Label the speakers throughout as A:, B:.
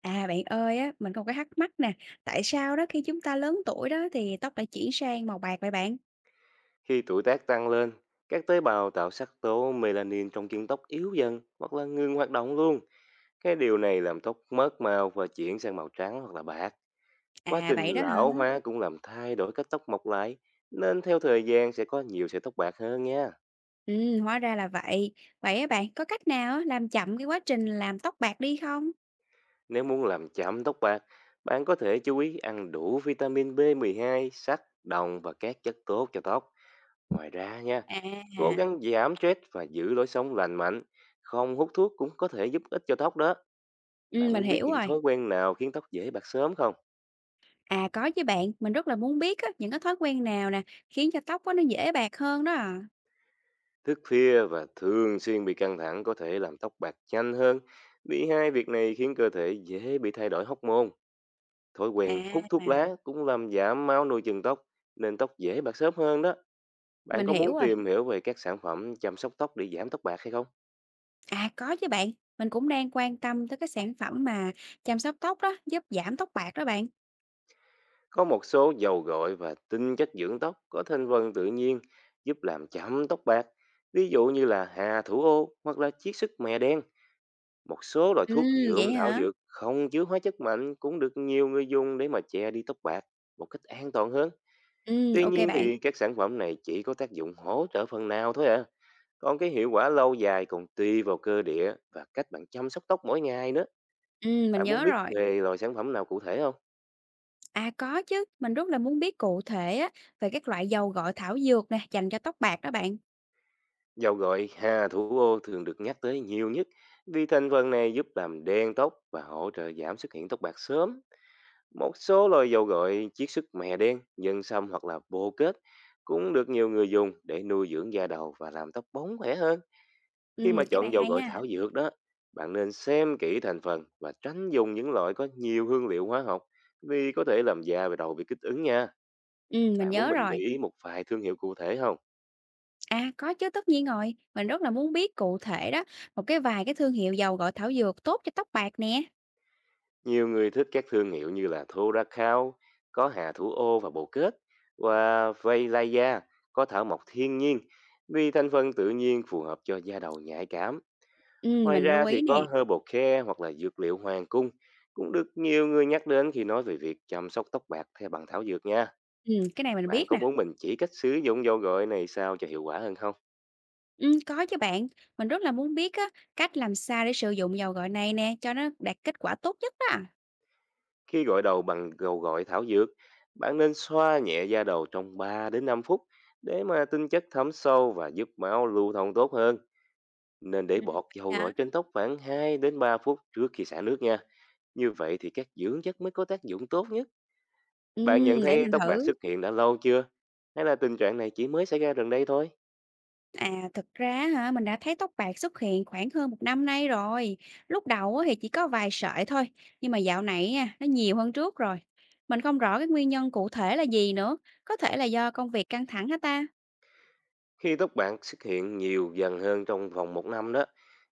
A: À, bạn ơi á, mình có một cái thắc mắc nè, tại sao đó khi chúng ta lớn tuổi đó thì tóc lại chuyển sang màu bạc vậy bạn?
B: Khi tuổi tác tăng lên, các tế bào tạo sắc tố melanin trong kiến tóc yếu dần hoặc là ngừng hoạt động luôn. Cái điều này làm tóc mất màu và chuyển sang màu trắng hoặc là bạc. Quá
A: À
B: trình
A: vậy đó hả?
B: lão hóa cũng làm thay đổi cách tóc mọc lại, nên theo thời gian sẽ có nhiều sợi tóc bạc hơn nha.
A: Ừ, hóa ra là vậy. Vậy á bạn, có cách nào á làm chậm cái quá trình làm tóc bạc đi không?
B: Nếu muốn làm chậm tóc bạc, bạn có thể chú ý ăn đủ vitamin B12, sắt, đồng và các chất tốt cho tóc. Ngoài ra nha, cố
A: À,
B: gắng giảm stress và giữ lối sống lành mạnh. Không hút thuốc cũng có thể giúp ích cho tóc đó.
A: ừ,
B: Bạn
A: mình
B: muốn biết
A: hiểu
B: những
A: rồi.
B: thói quen nào khiến tóc dễ bạc sớm không?
A: À có chứ bạn, mình rất là muốn biết á, những cái thói quen nào nè khiến cho tóc á, nó dễ bạc hơn đó à.
B: Thức khuya và thường xuyên bị căng thẳng có thể làm tóc bạc nhanh hơn. Vì hai việc này khiến cơ thể dễ bị thay đổi hormone. Thói quen hút thuốc
A: À,
B: lá cũng làm giảm máu nuôi chừng tóc, nên tóc dễ bạc sớm hơn đó. Bạn
A: mình
B: có
A: hiểu
B: muốn
A: rồi.
B: tìm hiểu về các sản phẩm chăm sóc tóc để giảm tóc bạc hay không?
A: À có chứ bạn, mình cũng đang quan tâm tới cái sản phẩm mà chăm sóc tóc đó, giúp giảm tóc bạc đó bạn.
B: Có một số dầu gội và tinh chất dưỡng tóc có thành phần tự nhiên giúp làm chậm tóc bạc, ví dụ như là hà thủ ô hoặc là chiết xuất mè đen. Một số loại
A: Ừ,
B: thuốc
A: vậy
B: nhuộm thảo
A: hả?
B: dược không chứa hóa chất mạnh cũng được nhiều người dùng để mà che đi tóc bạc một cách an toàn hơn. Tuy
A: Ok
B: nhiên
A: bạn.
B: thì các sản phẩm này chỉ có tác dụng hỗ trợ phần nào thôi à. Còn cái hiệu quả lâu dài còn tùy vào cơ địa và cách bạn chăm sóc tóc mỗi ngày nữa.
A: Mình
B: Bạn muốn
A: nhớ
B: biết
A: rồi.
B: về loại sản phẩm nào cụ thể không?
A: À, có chứ, mình rất là muốn biết cụ thể á về các loại dầu gội thảo dược nè, dành cho tóc bạc đó bạn.
B: Dầu gội hà thủ ô thường được nhắc tới nhiều nhất vì thành phần này giúp làm đen tóc và hỗ trợ giảm xuất hiện tóc bạc sớm. Một số loại dầu gội chiết xuất mè đen, nhân sâm hoặc là bồ kết cũng được nhiều người dùng để nuôi dưỡng da đầu và làm tóc bóng khỏe hơn. Khi mà
A: Cái này
B: chọn dầu
A: hay
B: gội
A: ha.
B: thảo dược đó, bạn nên xem kỹ thành phần và tránh dùng những loại có nhiều hương liệu hóa học vì có thể làm da và đầu bị kích ứng nha.
A: Mình
B: Bạn muốn
A: nhớ
B: mình gợi
A: rồi.
B: ý một vài thương hiệu cụ thể không?
A: À, có chứ, tất nhiên rồi. Mình rất là muốn biết cụ thể đó, một vài cái thương hiệu dầu gội thảo dược tốt cho tóc bạc nè.
B: Nhiều người thích các thương hiệu như là Thoracal, có hà thủ ô và bồ kết, và Vailaya, có thảo mộc thiên nhiên, vì thành phần tự nhiên phù hợp cho da đầu nhạy cảm. Ngoài
A: Mình lưu
B: ra thì
A: ý nè.
B: có Herbal Care hoặc là dược liệu hoàng cung, cũng được nhiều người nhắc đến khi nói về việc chăm sóc tóc bạc theo bằng thảo dược nha.
A: Cái này mình
B: Bạn
A: biết
B: có
A: nè.
B: muốn mình chỉ cách sử dụng dầu gội này sao cho hiệu quả hơn không?
A: Có chứ bạn. Mình rất là muốn biết á, cách làm sao để sử dụng dầu gội này nè, cho nó đạt kết quả tốt nhất đó.
B: Khi gội đầu bằng dầu gội thảo dược, bạn nên xoa nhẹ da đầu trong 3 đến 5 phút để mà tinh chất thấm sâu và giúp máu lưu thông tốt hơn. Nên để
A: Ừm,
B: bọt dầu gội
A: hả?
B: trên tóc khoảng 2 đến 3 phút trước khi xả nước nha. Như vậy thì các dưỡng chất mới có tác dụng tốt nhất. Bạn nhận
A: Để
B: thấy
A: mình
B: tóc bạc
A: thử.
B: xuất hiện đã lâu chưa? Hay là tình trạng này chỉ mới xảy ra gần đây thôi?
A: À, thực ra hả, mình đã thấy tóc bạc xuất hiện khoảng hơn một năm nay rồi. Lúc đầu á thì chỉ có vài sợi thôi, nhưng mà dạo này nha, nó nhiều hơn trước rồi. Mình không rõ cái nguyên nhân cụ thể là gì nữa. Có thể là do công việc căng thẳng hả ta?
B: Khi tóc bạc xuất hiện nhiều dần hơn trong vòng một năm đó,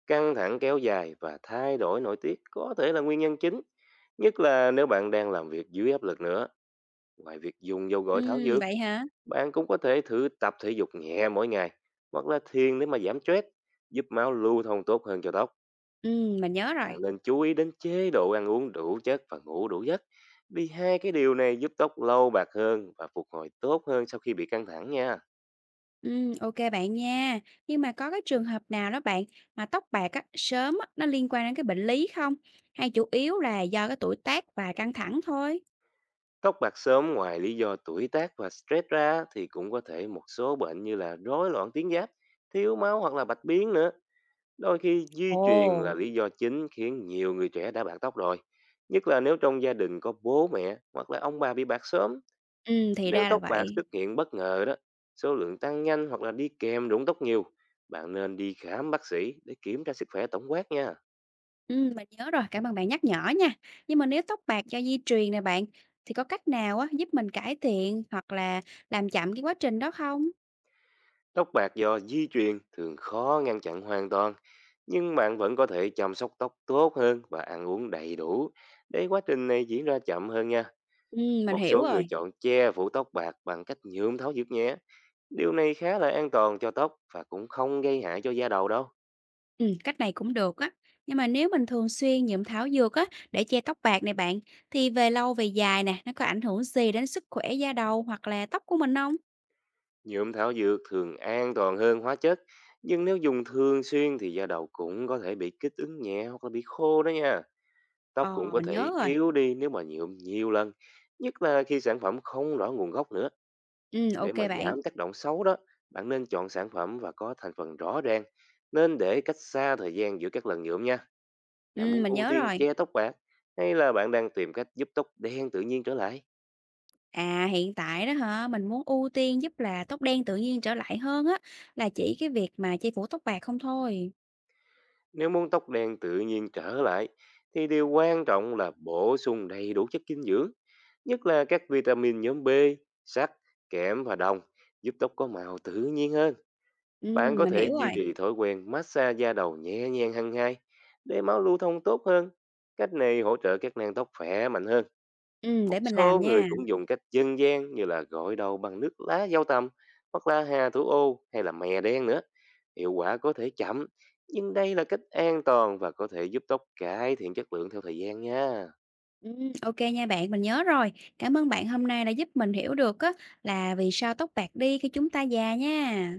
B: căng thẳng kéo dài và thay đổi nội tiết có thể là nguyên nhân chính. Nhất là nếu bạn đang làm việc dưới áp lực nữa. Ngoài việc dùng dầu
A: Ừ,
B: gội thảo dược,
A: vậy hả?
B: bạn cũng có thể thử tập thể dục nhẹ mỗi ngày hoặc là thiền để mà giảm stress, giúp máu lưu thông tốt hơn cho tóc.
A: Ừ, mình nhớ rồi.
B: Bạn nên chú ý đến chế độ ăn uống đủ chất và ngủ đủ giấc. Vì hai cái điều này giúp tóc lâu bạc hơn và phục hồi tốt hơn sau khi bị căng thẳng nha.
A: Ừ, ok bạn nha. Nhưng mà có cái trường hợp nào đó bạn mà tóc bạc á, sớm á, nó liên quan đến cái bệnh lý không? Hay chủ yếu là do cái tuổi tác và căng thẳng thôi?
B: Tóc bạc sớm ngoài lý do tuổi tác và stress ra thì cũng có thể một số bệnh như là rối loạn tuyến giáp, thiếu máu hoặc là bạch biến nữa. Đôi khi di
A: Ồ,
B: truyền là lý do chính khiến nhiều người trẻ đã bạc tóc rồi. Nhất là nếu trong gia đình có bố mẹ hoặc là ông bà bị bạc sớm,
A: ừ, thì
B: nếu
A: ra là
B: tóc bạc
A: vậy.
B: xuất hiện bất ngờ đó, số lượng tăng nhanh hoặc là đi kèm rụng tóc nhiều, bạn nên đi khám bác sĩ để kiểm tra sức khỏe tổng quát nha.
A: Mình nhớ rồi, cảm ơn bạn nhắc nhở nha. Nhưng mà nếu tóc bạc do di truyền nè bạn, thì có cách nào á giúp mình cải thiện hoặc là làm chậm cái quá trình đó không?
B: Tóc bạc do di truyền thường khó ngăn chặn hoàn toàn, nhưng bạn vẫn có thể chăm sóc tóc tốt hơn và ăn uống đầy đủ để quá trình này diễn ra chậm hơn nha.
A: Mình
B: Một
A: hiểu
B: số người
A: rồi.
B: chọn che phủ tóc bạc bằng cách nhuộm tháo dược nhé. Điều này khá là an toàn cho tóc và cũng không gây hại cho da đầu đâu.
A: Cách này cũng được á. Nhưng mà nếu mình thường xuyên nhuộm thảo dược á để che tóc bạc này bạn, thì về lâu về dài nè, nó có ảnh hưởng gì đến sức khỏe da đầu hoặc là tóc của mình không?
B: Nhuộm thảo dược thường an toàn hơn hóa chất, nhưng nếu dùng thường xuyên thì da đầu cũng có thể bị kích ứng nhẹ hoặc là bị khô đó nha. Tóc cũng
A: Ờ,
B: có
A: mình nhớ
B: thể
A: rồi.
B: yếu đi nếu mà nhuộm nhiều lần, nhất là khi sản phẩm không rõ nguồn gốc nữa. Để
A: Ok
B: mà
A: bạn.
B: giảm tác động xấu đó, bạn nên chọn sản phẩm và có thành phần rõ ràng. Nên để cách xa thời gian giữa các lần nhuộm nha. Bạn muốn
A: Mình
B: ưu
A: nhớ
B: tiên
A: rồi.
B: che tóc bạc hay là bạn đang tìm cách giúp tóc đen tự nhiên trở lại?
A: À, hiện tại đó hả, mình muốn ưu tiên giúp là tóc đen tự nhiên trở lại hơn á, là chỉ cái việc mà che phủ tóc bạc không thôi.
B: Nếu muốn tóc đen tự nhiên trở lại thì điều quan trọng là bổ sung đầy đủ chất dinh dưỡng, nhất là các vitamin nhóm B, sắt, kẽm và đồng giúp tóc có màu tự nhiên hơn. Bạn có
A: Mình
B: thể
A: hiểu
B: duy
A: rồi.
B: trì thói quen massage da đầu nhẹ nhàng hàng ngày để máu lưu thông tốt hơn. Cách này hỗ trợ các nang tóc khỏe mạnh hơn. Một
A: Để mình
B: số
A: làm
B: người
A: nha.
B: cũng dùng cách dân gian như là gội đầu bằng nước lá dâu tằm hoặc là hà thủ ô hay là mè đen nữa. Hiệu quả có thể chậm, nhưng đây là cách an toàn và có thể giúp tóc cải thiện chất lượng theo thời gian nha.
A: Ok nha bạn, mình nhớ rồi. Cảm ơn bạn hôm nay đã giúp mình hiểu được á, là vì sao tóc bạc đi khi chúng ta già nha.